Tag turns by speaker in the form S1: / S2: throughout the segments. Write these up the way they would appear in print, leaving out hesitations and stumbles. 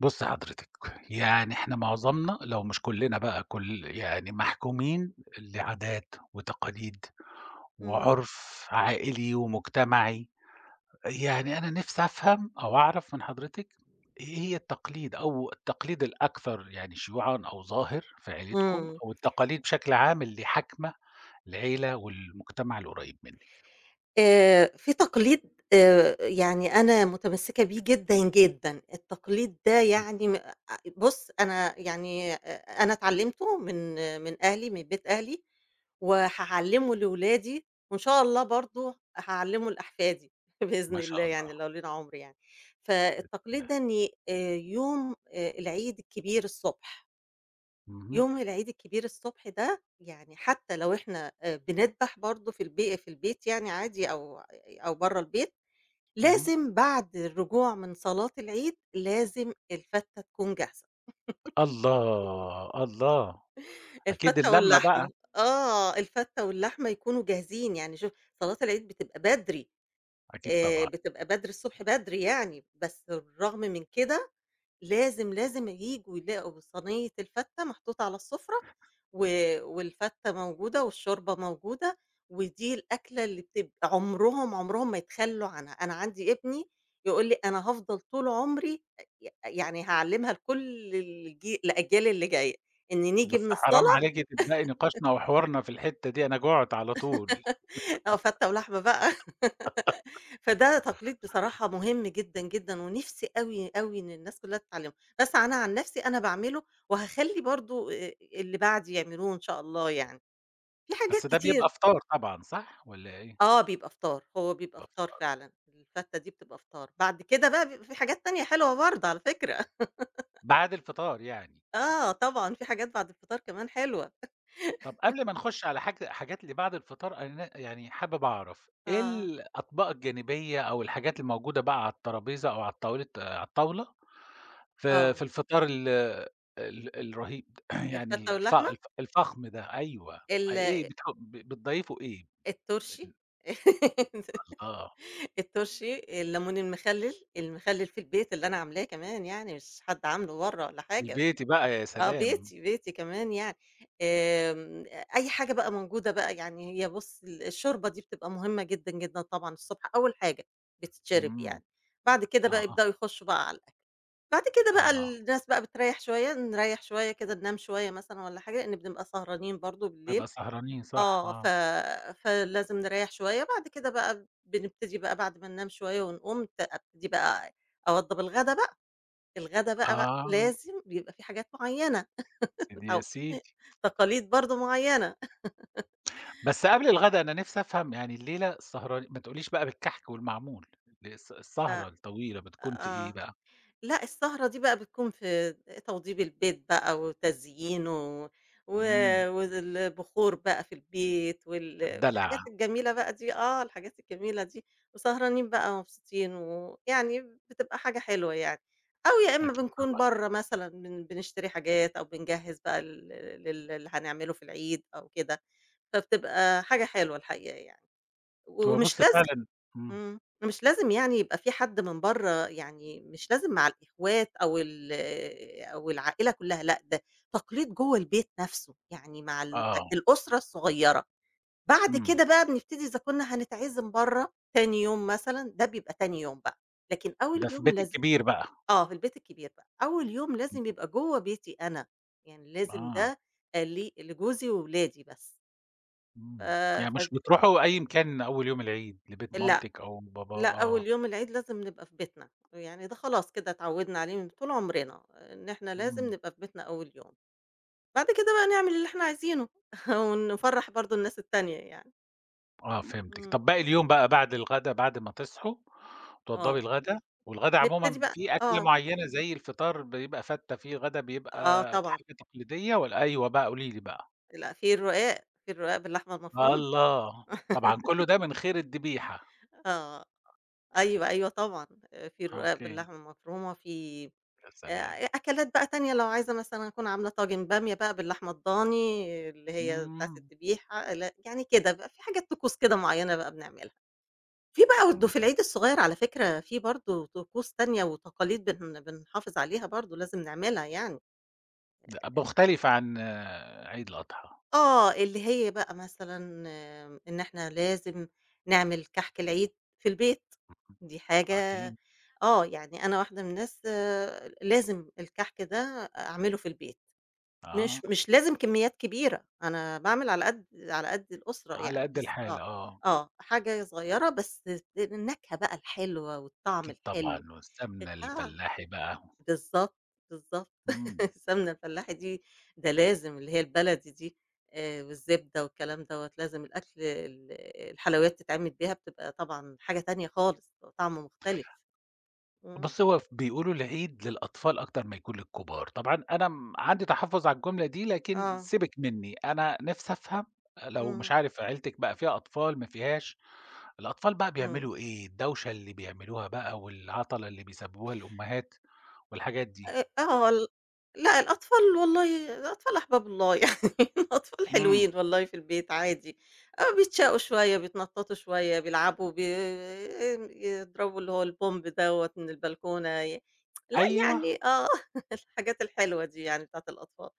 S1: بُص حضرتك، يعني إحنا معظمنا لو مش كلنا بقى كل يعني محكومين لعادات وتقاليد
S2: إمم،
S1: وعُرف عائلي ومجتمعي، يعني أنا نِفْسي أفهم أو أعرف من حضرتك إيه هي التقليد أو التقليد الأكثر يعني شيوعًا أو ظاهر في عيلتكم
S2: إمم.
S1: أو التقاليد بشكل عام اللي حاكمة العيلة والمجتمع القريب منِّك؟
S2: في تقليد يعني أنا متمسّكة بيه جدًا، جدًا. التقليد ده
S1: إمم،
S2: يعني م أ بُص، أنا يعني أنا اتعلّمته من آه، من أهلي، من بيت أهلي، وهاعلّمه لولادي وإن شاء الله برضه هاعلّمه لأحفادي بإذن
S1: ما
S2: الله
S1: شاء
S2: يعني
S1: الله،
S2: لو لينا عُمر يعني. فالتقليد
S1: الله،
S2: ده إني يوم العيد الكبير الصبح،
S1: اهم،
S2: يوم العيد الكبير الصبح ده، يعني حتى لو إحنا بنذبح برضه في في البيت يعني عادي، أو أو برّه البيت،
S1: اهم،
S2: لازم بعد الرجوع من صلاة العيد لازم الفتة تكون جاهزة،
S1: الله، الله، أكيد
S2: الفتة
S1: اللمّة بقى،
S2: واللحمة، آه، الفتة واللحمة يكونوا جاهزين. يعني شوف، صلاة العيد بتبقى بدري،
S1: أكيد طبعًا.
S2: بتبقى بدري الصبح بدري يعني، بس بالرغم من كده لازم، لازم ييجوا يلاقوا صينية الفتّة محطوطة على السُفرة، و والفتّة موجودة والشوربة موجودة، ودي الأكلة اللي بتبقى عمرهم، عمرهم ما يتخلّوا عنها. أنا عندي ابني يقول لي: "أنا هافضل طول عمري أ ي يعني هاعلّمها لكل الأجيال اللي جاية، إن نيجي
S1: بس
S2: من
S1: حرام
S2: الصلاة
S1: عليكِ تبدئي نقاشنا وحوارنا في الحتّة دي، أنا جُعت على طول،
S2: آه، فتة ولحمة بقى". فده تقليد بصراحة مهم جدًا، جدًا، ونفسي أوي، أوي إن الناس كلها تتعلمه، بس أنا عن نفسي أنا باعمله، وهاخلّي برضه اللي بعدي يعملوه إن شاء الله يعني. في حاجات
S1: بس ده
S2: كتير.
S1: بيبقى فطار طبعًا صح والّا إيه؟
S2: آه، بيبقى فطار، هو بيبقى
S1: بيبقى
S2: فطار
S1: فطار،
S2: فعلًا، الفتة دي بتبقى فطار، بعد كده بقى بيبقى في حاجات تانية حلوة برضه على فكرة.
S1: بعد الفطار يعني.
S2: آه طبعًا، في حاجات بعد الفطار كمان حلوة.
S1: طَب قبل ما نخُش على حاجات اللي بعد الفطار أنا يعني حابب أعرف إيه
S2: آه،
S1: الأطباق الجانبية أو الحاجات الموجودة بقى على الترابيزة أو على الطاولة في
S2: آه،
S1: في الفطار ال ال الرهيب ده يعني
S2: الفتة
S1: ال الف
S2: واللحمة،
S1: الف الفخم ده أيوه،
S2: ال
S1: إيه بتح ب بتضيّفوا إيه؟
S2: الترشي.
S1: الله،
S2: الترشي، الليمون المخلّل، المخلّل في البيت اللي أنا عاملاه كمان، يعني مش حد عامله برّه ولا حاجة.
S1: البيتي بقى يا
S2: آه
S1: سلام.
S2: بيتي، بيتي كمان يعني. آمم، أي حاجة بقى موجودة بقى. يعني هي بُص، الشوربة دي بتبقى مهمة جدًا، جدًا طبعًا الصبح، أول حاجة بتتشرب
S1: إمم،
S2: يعني. بعد كده بقى
S1: آه،
S2: يبدأوا يخشوا بقى على الأكل. بعد كده بقى
S1: آه،
S2: الناس بقى بتريّح شوية، نريّح شوية كده ننام شوية مثلًا والّا حاجة، لإن بنبقى سهرانين برضه بالليل.
S1: نبقى سهرانين صح،
S2: آه،
S1: آه،
S2: فلازم نريّح شوية. بعد كده بقى بنبتدي بقى بعد ما ننام شوية ونقوم، أبتدي بقى أوضّب الغدا بقى، الغدا بقى
S1: آه،
S2: لازم بيبقى في حاجات معيّنة،
S1: سيدي يا
S2: متعو
S1: سيدي،
S2: تقاليد برضه معيّنة.
S1: بس قبل الغدا أنا نِفْسي أفهم يعني الليلة السهران ما تقوليش بقى بالكحك والمعمول،
S2: ف
S1: السهرة الطويلة بتكون في إيه
S2: آه.
S1: بقى؟
S2: لأ، السهرة دي بقى بتكون في توضيب البيت بقى وتزيينه، و
S1: إمم،
S2: والبخور بقى في البيت
S1: الدلع
S2: والحاجات الجميلة بقى دي، آه، الحاجات الجميلة دي، وسهرانين بقى ومبسوطين، ويعني بتبقى حاجة حلوة يعني. أو يا إما
S1: أكيد
S2: بنكون
S1: طبعًا،
S2: برّه مثلًا، بنشتري حاجات أو بنجهّز بقى لل اللي هنعمله في العيد أو كده، فبتبقى حاجة حلوة الحقيقة يعني.
S1: هو
S2: ومش
S1: بُص
S2: لازم،
S1: فعلًا إمم،
S2: إمم، مش لازم يعني يبقى في حد من برّه، يعني مش لازم مع الإخوات أو أو العائلة كلّها، لأ ده تقليد جوّه البيت نفسه، يعني مع
S1: آه،
S2: الأسرة الصغيّرة. بعد
S1: إمم،
S2: كده بقى بنبتدي إذا كنا هنتعزم برّه تاني يوم مثلًا، ده بيبقى تاني يوم بقى، لكن
S1: ده
S2: أول
S1: في
S2: يوم
S1: بيتِك كبير بقى،
S2: آه، في البيت الكبير بقى، أول يوم لازم يبقى جوّه بيتي أنا، يعني لازم
S1: آه،
S2: ده لجوزي وولادي بس. ف
S1: يعني مش
S2: ف
S1: بتروحوا أي مكان أول يوم العيد لبيت
S2: ال
S1: مامتِك أو بابا
S2: لأ، أول
S1: آه،
S2: يوم العيد لازم نبقى في بيتنا، يعني ده خلاص كده اتعودنا عليه من طول عمرنا، إن إحنا لازم
S1: إمم.
S2: نبقى في بيتنا أول يوم. بعد كده بقى نعمل اللي إحنا عايزينه ونفرّح برضه الناس التانية يعني.
S1: آه فهمتِك.
S2: إمم،
S1: طب باقي اليوم بقى بعد الغدا بعد ما تصحوا توضّبي
S2: آه،
S1: الغدا، والغدا
S2: نبتدي
S1: عمومًا
S2: بقى،
S1: في أكلة
S2: آه،
S1: معيّنة زي الفطار بيبقى فتّة، في غدا بيبقى
S2: آه طبعًا،
S1: حاجة تقليدية والّا أيوه بقى قولي لي بقى؟
S2: لأ في الرقاق، في الرقاق باللحمة المفرومة.
S1: الله! طبعًا كُلّه ده من غير الدبيحة.
S2: آه، أيوه، أيوه طبعًا. في الرقاق
S1: أوكي،
S2: باللحمة المفرومة، في
S1: يا سلام.
S2: أكلات بقى تانية لو عايزة مثلًا أكون عاملة طاجن بامية بقى باللحمة الضاني، اللي هي بتاعة
S1: إمم،
S2: الدبيحة. يعني كده بقى في حاجات طقوس كده معيّنة بقى بنعملها. في بقى، في
S1: إمم.
S2: العيد الصغير على فكرة في برضه طقوس تانية وتقاليد بنحافظ عليها برضه لازم نعملها يعني.
S1: لأ مختلفة عن آه، عيد الأضحى.
S2: آه، اللي هي بقى مثلًا آه، إن إحنا لازم نعمل كحك العيد في البيت، دي حاجة،
S1: أكيد،
S2: آه، يعني أنا واحدة من الناس، آه، لازم الكحك ده أعمله في البيت.
S1: آه،
S2: مش لازم كميات كبيرة، أنا باعمل على قد على قد الأسرة
S1: على
S2: يعني،
S1: قد
S2: بس آه،
S1: الحالة آه،
S2: آه، حاجة صغيرة بس النكهة بقى الحلوة والطعم
S1: أكيد طبعًا
S2: الحلو. إيه،
S1: والسمنة
S2: آه،
S1: الفلاحي بقى،
S2: بالضبط، بالضبط.
S1: إمم.
S2: السمنة الفلاحي دي، ده لازم اللي هي البلدي دي، والزبدة والكلام دوّة، لازم الأكل الحلويات تتعمل بيها، بتبقى طبعًا حاجة تانية خالص، بيبقى طعمه مختلف. إمم،
S1: بُص، هو بيقولوا العيد للأطفال أكتر ما يكون للكبار، طبعًا أنا عندي تحفُّظ على الجملة دي، لكن
S2: آه،
S1: سيبِك منّي، أنا نِفْسي أفهم لو مش
S2: إمم،
S1: عارف عيلتِك بقى فيها أطفال ما فيهاش، الأطفال بقى
S2: إمم.
S1: بيعملوا إيه، الدوشة اللي بيعملوها بقى والعَطَلة اللي بيسببوها الأمهات والحاجات دي.
S2: آه ال لأ الأطفال، والله الأطفال أحباب الله يعني. الأطفال
S1: إمم،
S2: حلوين والله في البيت عادي. آه بيتشقوا شوية، بيتنططوا شوية، بيلعبوا، يضربوا اللي هو البومب دوّة من البلكونة، لأ
S1: أيوه،
S2: يعني آه الحاجات الحلوة دي يعني بتاعة الأطفال.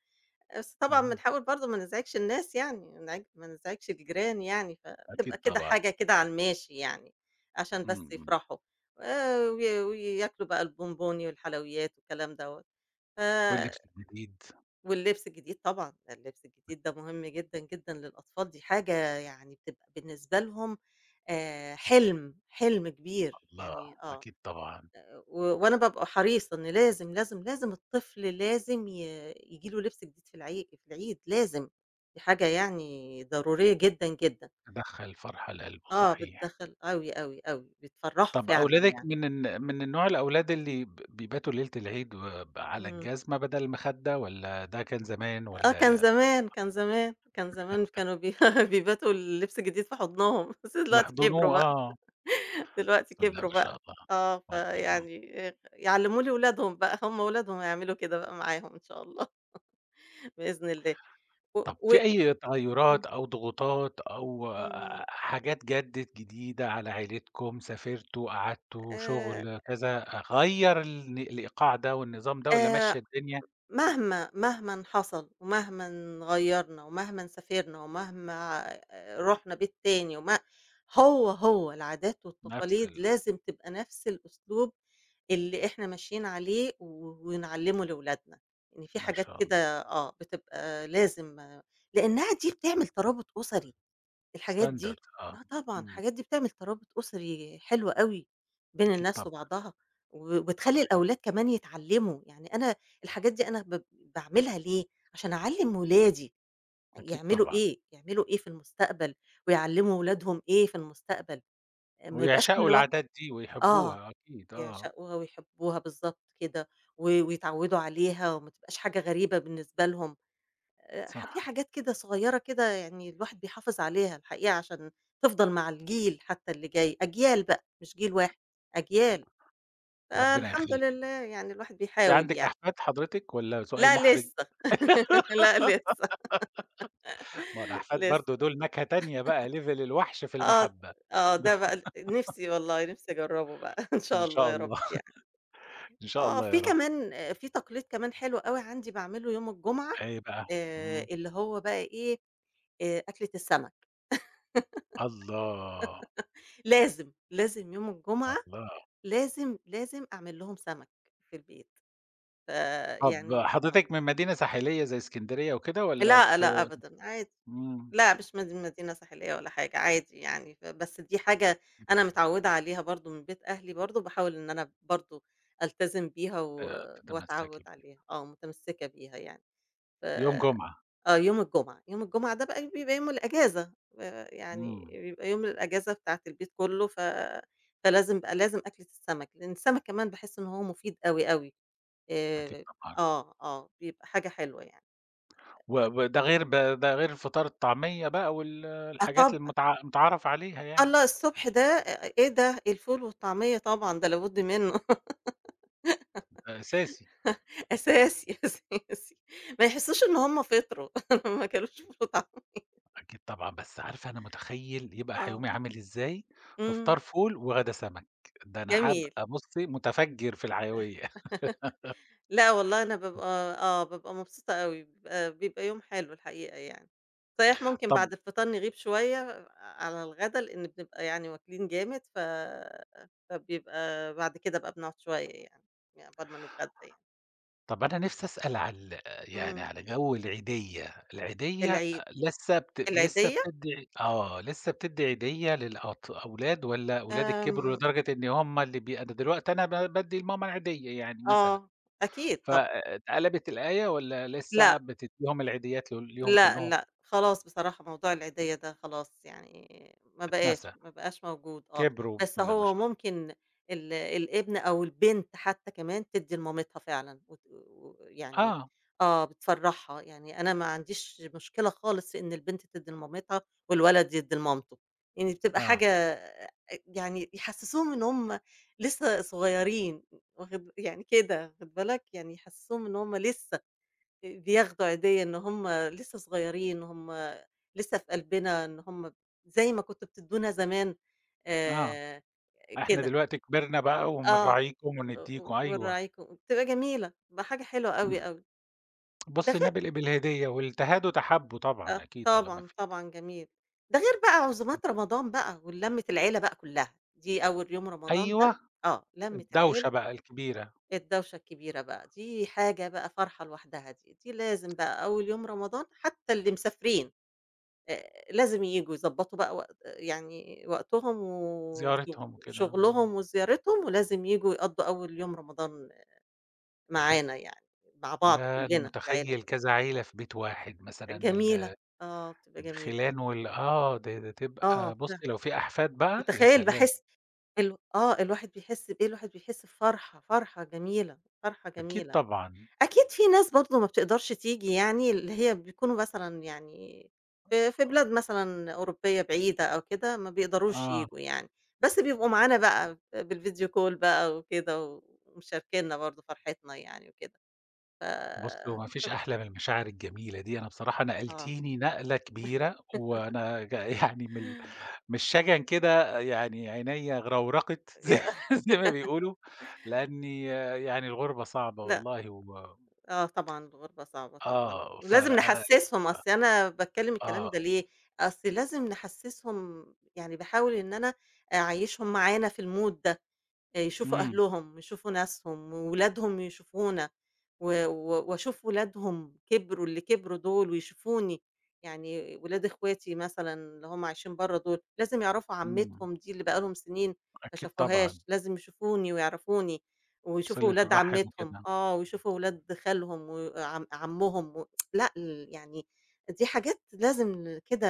S2: بس طبعًا
S1: اهم،
S2: بنحاول برضه ما نزعجش الناس يعني، ما نزعجش الجيران يعني، فتبقى
S1: أكيد
S2: كده
S1: طبعًا،
S2: حاجة كده على الماشي يعني، عشان
S1: إمم،
S2: بس
S1: إمم،
S2: يفرحوا، وياكلوا بقى البونبوني والحلويات والكلام دوّة. ف
S1: واللبس الجديد،
S2: واللبس الجديد طبعًا، ده اللبس الجديد ده مهم جدًا، جدًا للأطفال، دي حاجة يعني بتبقى بالنسبة لهم حلم، حلم كبير
S1: الله،
S2: يعني آه.
S1: أكيد طبعًا،
S2: وأنا بابقى حريصة إن لازم، لازم، لازم الطفل لازم ييجي له لبس جديد في في العيد لازم، دي حاجة يعني ضرورية جدًا، جدًا.
S1: دخّل فرحة لقلبه،
S2: آه،
S1: صحيح.
S2: بتدخّل أوي، أوي، أوي، بيتفرّحوا
S1: طَب
S2: فعلًا
S1: أولادِك
S2: يعني.
S1: من النوع الأولاد اللي بيباتوا ليلة العيد على
S2: إمم.
S1: الجزمة بدل المخدة والّا ده كان زمان
S2: آه، كان
S1: والّا
S2: زمان، كان زمان، كان زمان كانوا بيباتوا اللبس الجديد في حضنهم، بس دلوقتي كبروا
S1: بيحضنوه
S2: بقى،
S1: آه،
S2: دلوقتي
S1: لأ ما
S2: كبروا
S1: شاء
S2: بقى.
S1: الله،
S2: آه،
S1: ما شاء الله.
S2: فيعني يعلّموه لولادهم بقى، هم ولادهم هيعملوا كده بقى معاهم إن شاء الله. بإذن الله. و
S1: طَب
S2: و
S1: في أي
S2: إمم،
S1: تغيُّرات أو ضغوطات أو
S2: إمم.
S1: حاجات جديدة على عيلتكم، سافرتوا، قعدتوا،
S2: آآ
S1: شُغل، كذا، غيّر الإيقاع ده والنظام ده والّا
S2: آآ
S1: ماشية الدنيا
S2: مهما، مهمًا حصل ومهمًا غيّرنا ومهمًا سافرنا ومهما رُحنا بيت تاني هو، هو العادات
S1: نفس
S2: والتقاليد لازم تبقى نفس الأسلوب اللي إحنا ماشيين عليه، ونعلّمه لولادنا، إن في
S1: ما
S2: حاجات
S1: شاء الله،
S2: كده آه، بتبقى لازم آه، لإنّها دي بتعمل ترابط أسري. الحاجات دي
S1: standard آه،
S2: آه طبعًا،
S1: إمم،
S2: الحاجات دي بتعمل ترابط أسري حلو أوي بين
S1: أكيد
S2: الناس
S1: طبعًا،
S2: وبعضها. وبتخلّي الأولاد كمان يتعلّموا، يعني أنا الحاجات دي أنا باعملها ليه؟ عشان أعلّم ولادي
S1: أكيد
S2: يعملوا
S1: طبعًا.
S2: إيه، يعملوا إيه في المستقبل، ويعلّموا ولادهم إيه في المستقبل، ما يبقاش
S1: ويعشقوا
S2: كل واحد،
S1: العادات دي
S2: آه،
S1: ويحبوها أكيد آه،
S2: يعشقوها ويحبوها بالضبط كده، ويتعوّدوا عليها، وما تبقاش حاجة غريبة بالنسبة لهم. ح في
S1: صح،
S2: حاجات كده صغيّرة كده يعني الواحد بيحافظ عليها الحقيقة عشان تفضل مع الجيل حتى اللي جاي، أجيال بقى مش جيل واحد، أجيال.
S1: ربنا
S2: فالحمد
S1: يخلّيك.
S2: لله يعني الواحد
S1: في
S2: بيحاول
S1: عندِك
S2: يعني.
S1: أحفاد حضرتك والّا سؤال
S2: لأ
S1: محرج؟
S2: لسه، لأ لسه،
S1: ما هو الأحفاد برضه
S2: لسه.
S1: دول نكهة تانية بقى level الوحش في
S2: آه،
S1: المحبة
S2: آه
S1: د
S2: ده بقى نِفْسي والله نِفْسي أجرّبه بقى إن
S1: إن
S2: شاء الله
S1: شاء
S2: يا رب
S1: الله،
S2: يعني.
S1: إن شاء
S2: آه،
S1: الله
S2: في
S1: يا رب.
S2: كمان في تقليد كمان حلو أوي عندي باعمله يوم الجمعة.
S1: إيه بقى؟ إمم.
S2: اللي هو بقى إيه، أكلة السَمَك،
S1: الله!
S2: لازم، لازم يوم الجمعة
S1: الله!
S2: لازم، لازم أعمل لهم سمك في البيت،
S1: طب
S2: فيعني،
S1: حضرتك من مدينة ساحلية زي إسكندرية وكده والّا
S2: لأ،
S1: في
S2: لأ أبدًا عادي،
S1: إمم،
S2: لأ مش مدينة ساحلية ولا حاجة، عادي يعني. بس دي حاجة
S1: إمم،
S2: أنا متعوّدة عليها برضه من بيت أهلي برضه، باحاول إن أنا برضه ألتزم بيها، وأتعوّد
S1: تتمسّكي بيه.
S2: عليها، آه متمسكة بيها يعني. ف
S1: يوم جمعة،
S2: آه يوم الجمعة، يوم الجمعة ده بقى بيبقى يوم الأجازة، يعني
S1: إمم،
S2: بيبقى يوم الأجازة بتاعة البيت كلّه. فلازم بقى لازم أكلة السمك، لإن السمك كمان باحس إن هو مفيد أوي، أوي.
S1: أكيد
S2: آآ
S1: طبعًا.
S2: آه، آه، بيبقى حاجة حلوة يعني.
S1: و وده غير ب ده غير الفطار الطعمية بقى
S2: آه
S1: الحاجات
S2: طبعًا،
S1: متعارف عليها يعني،
S2: الله الصبح ده إيه ده! إيه الفول والطعمية طبعًا ده لابد منه.
S1: ده أساسي.
S2: أساسي، أساسي، ما يحسّوش إن هم فطروا ما كلوش فول وطعمية.
S1: أكيد طبعًا، بس عارفة أنا متخيّل يبقى
S2: آه،
S1: يومي عامل إزاي في
S2: إمم،
S1: فطار فول وغدا سمك، ده أنا
S2: جميل.
S1: هابقى بُصّي متفجر في الحيوية.
S2: لأ والله أنا بابقى، آه، بابقى مبسوطة أوي، بيبقى يوم حلو الحقيقة يعني. صحيح ممكن
S1: طب
S2: بعد الفطار نغيب شوية على الغدا، لإن بنبقى يعني واكلين جامد. ف فبيبقى بعد كده بقى بنقعد شوية يعني، عقبال ما نتغدى يعني.
S1: طب أنا نِفْسي أسأل على ال يعني
S2: إمم،
S1: على جو العيدية، العيدية
S2: العيد،
S1: لسه بت لسه
S2: العيدية؟
S1: بتدّي آه، لسه بتدّي عيدية أولاد والّا ولادِك كبروا
S2: آمم،
S1: لدرجة إن هم اللي أنا دلوقتي أنا بادّي لماما العيدية يعني مثلًا.
S2: آه، أكيد
S1: ف
S2: طبعًا،
S1: اتقلبت الآية والّا لسه
S2: لأ
S1: بتدّيهم العيديات ليهم
S2: لأ،
S1: كلّهم؟
S2: لأ، خلاص بصراحة موضوع العيدية ده خلاص يعني
S1: اتنسى،
S2: ما بقاش موجود آه.
S1: كبروا
S2: بس
S1: بسم الله ما
S2: هو
S1: شاء الله.
S2: ممكن الابن أو البنت حتى كمان تدّي لمامتها فعلًا، ويعني
S1: آه،
S2: آه، بتفرّحها، يعني أنا ما عنديش مشكلة خالص في إن البنت تدّي لمامتها والولد يدّي لمامته، يعني بتبقى
S1: آه،
S2: حاجة، يعني يحسّسوهم إن هم لسه صغيرين، واخد يعني كده واخد بالك، يعني يحسّسوهم إن هم لسه بياخدوا عيدية، إن هُم لسه صغيرين، هُم لسه في قلبنا، إن هُم زي ما كنتم بتدّونا زمان،
S1: آه،
S2: آآ
S1: إحنا
S2: كده.
S1: دلوقتي كبرنا بقى
S2: آه،
S1: وبنراعيكم وندّيكم أيوه.
S2: ونراعيكم، بتبقى جميلة، بتبقى حاجة حلوة أوي، أوي. ده
S1: بُصّي
S2: غير،
S1: نبل بالهدية والتهادوا تحابوا
S2: آه،
S1: طبعًا أكيد طالما
S2: طبعًا،
S1: في
S2: طبعًا جميل. ده غير بقى عزومات رمضان بقى ولمّة العيلة بقى كلّها، دي أول يوم رمضان ده،
S1: أيوه،
S2: آه، لمّة
S1: الدوشة
S2: العيلة،
S1: بقى الكبيرة،
S2: الدوشة الكبيرة بقى، دي حاجة بقى فرحة لوحدها دي، دي لازم بقى أول يوم رمضان حتى اللي مسافرين. لازم ييجوا يضبّطوا بقى وقت يعني وقتهم
S1: زيارتهم وكده، إمم.
S2: شغلهم وزيارتهم، ولازم ييجوا يقضّوا أول يوم رمضان معانا يعني، مع بعض
S1: ياه! أنا
S2: كُلّنا العيلة.
S1: متخيّل كذا عيلة في بيت واحد مثلًا
S2: جميلة، آه بتبقى جميلة،
S1: الخِلان آه، ده
S2: آه
S1: تبقى
S2: فعلًا،
S1: بُصّي لو في أحفاد بقى، يا
S2: متخيّل
S1: سلام!
S2: باحس آه الواحد بيحس بإيه، الواحد بيحس بفرحة، فرحة جميلة، فرحة
S1: أكيد
S2: جميلة.
S1: طبعًا.
S2: أكيد في ناس برضه ما بتقدرش تيجي يعني، اللي هي بيكونوا مثلًا يعني في بلاد مثلًا أوروبية بعيدة أو كده، ما بيقدروش
S1: آه،
S2: ييجوا يعني، بس بيبقوا معانا بقى بالvideo call بقى وكده، ومشاركيننا برضه فرحتنا يعني وكده. ف
S1: بُصّي هو ما فيش أحلى من المشاعر الجميلة دي، أنا بصراحة
S2: آه،
S1: نقلتيني نقلة كبيرة، وأنا يعني من الشجن كده يعني عينيّا غرورقت
S2: ي
S1: زي زي ما بيقولوا، لأني آه، يعني الغربة صعبة
S2: لأ،
S1: والله و
S2: آه طبعًا الغربة صعبة طبعًا،
S1: آه،
S2: ولازم
S1: فأنا
S2: نحسّسهم. أصل أنا باتكلّم الكلام
S1: آه،
S2: ده ليه؟ أصل لازم نحسّسهم، يعني باحاول إن أنا أعيّشهم معانا في الmood ده. يشوفوا
S1: إمم،
S2: أهلهم، يشوفوا ناسهم، وولادهم يشوفونا، و و وأشوف ولادهم كبروا، اللي كبروا دول ويشوفوني، يعني ولاد اخواتي مثلًا اللي هم عايشين برّه دول، لازم يعرفوا
S1: إمم،
S2: عمتهم دي اللي بقى لهم سنين ما
S1: أكيد طبعًا،
S2: شافوهاش، لازم يشوفوني ويعرفوني، ويشوفوا
S1: صِلة
S2: ولاد
S1: الرحم
S2: عمتهم،
S1: وكده،
S2: آه، ويشوفوا ولاد خالهم عمهم، لأ ال يعني، دي حاجات لازم كده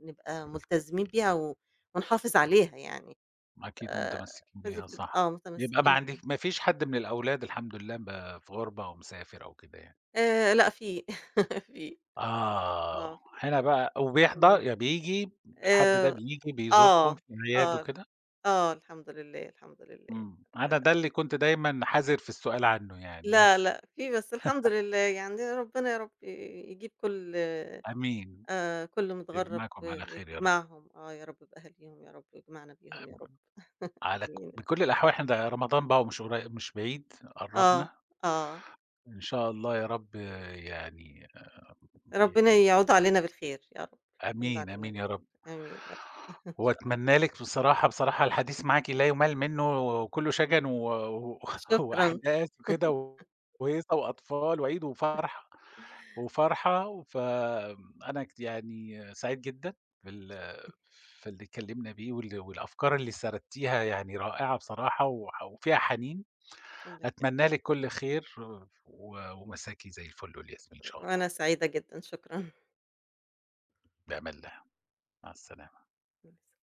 S2: نبقى ملتزمين بيها، ونحافظ عليها يعني.
S1: أكيد هم متمسكين
S2: فدي
S1: بيها
S2: بتبقى
S1: صح،
S2: آه
S1: يبقى ما
S2: متمسّكين بيه.
S1: عندك ما فيش حد من الأولاد الحمد لله في غربة أو مسافر أو كده يعني.
S2: لأ في، في،
S1: آه،
S2: آه في،
S1: هنا بقى وبيحضر
S2: إمم.
S1: يعني بييجي الحد ده
S2: آآ
S1: بييجي بيزوركم
S2: آه،
S1: في الأعياد
S2: آه،
S1: وكده؟
S2: آه الحمد لله، الحمد لله. ف
S1: أنا ده اللي كنت دايمًا حذر في السؤال عنه يعني
S2: لا،
S1: بس،
S2: لأ في، بس الحمد لله يعني ربنا يا رب يجيب كل
S1: آمين،
S2: كل متغرّب
S1: يجمعكم على خير يا رب،
S2: يجمعهم آه يا رب بأهاليهم يا رب، ويجمعنا بيهم يا رب.
S1: على ك
S2: آمين.
S1: بكل الأحوال إحنا ده رمضان بقى ومش قري مش بعيد
S2: آه،
S1: قرّبنا،
S2: آه.
S1: إن شاء الله يا رب يعني
S2: ربنا يعود علينا بالخير يا رب، يعود
S1: آمين،
S2: علينا
S1: آمين يا رب.
S2: بالخير. آمين يا رب. إن شاء الله.
S1: وأتمنى لِك بصراحة الحديث معاكِ لا يُمَل منّه وكُلّه شَجَن و
S2: شكرًا.
S1: وأحداث وكده وهيصة وأطفال وعيد وفرحة
S2: الله
S1: وفرحة، فأنا يعني سعيد جدًا بال في اللي اتكلّمنا بيه والأفكار اللي سردتيها يعني رائعة بصراحة وفيها حنين.
S2: يخليك.
S1: أتمنى لِك كل خير ومساكِ زي الفل والياسمين إن شاء الله،
S2: وأنا سعيدة جدًا، شكرًا.
S1: بأمان الله، مع السلامة.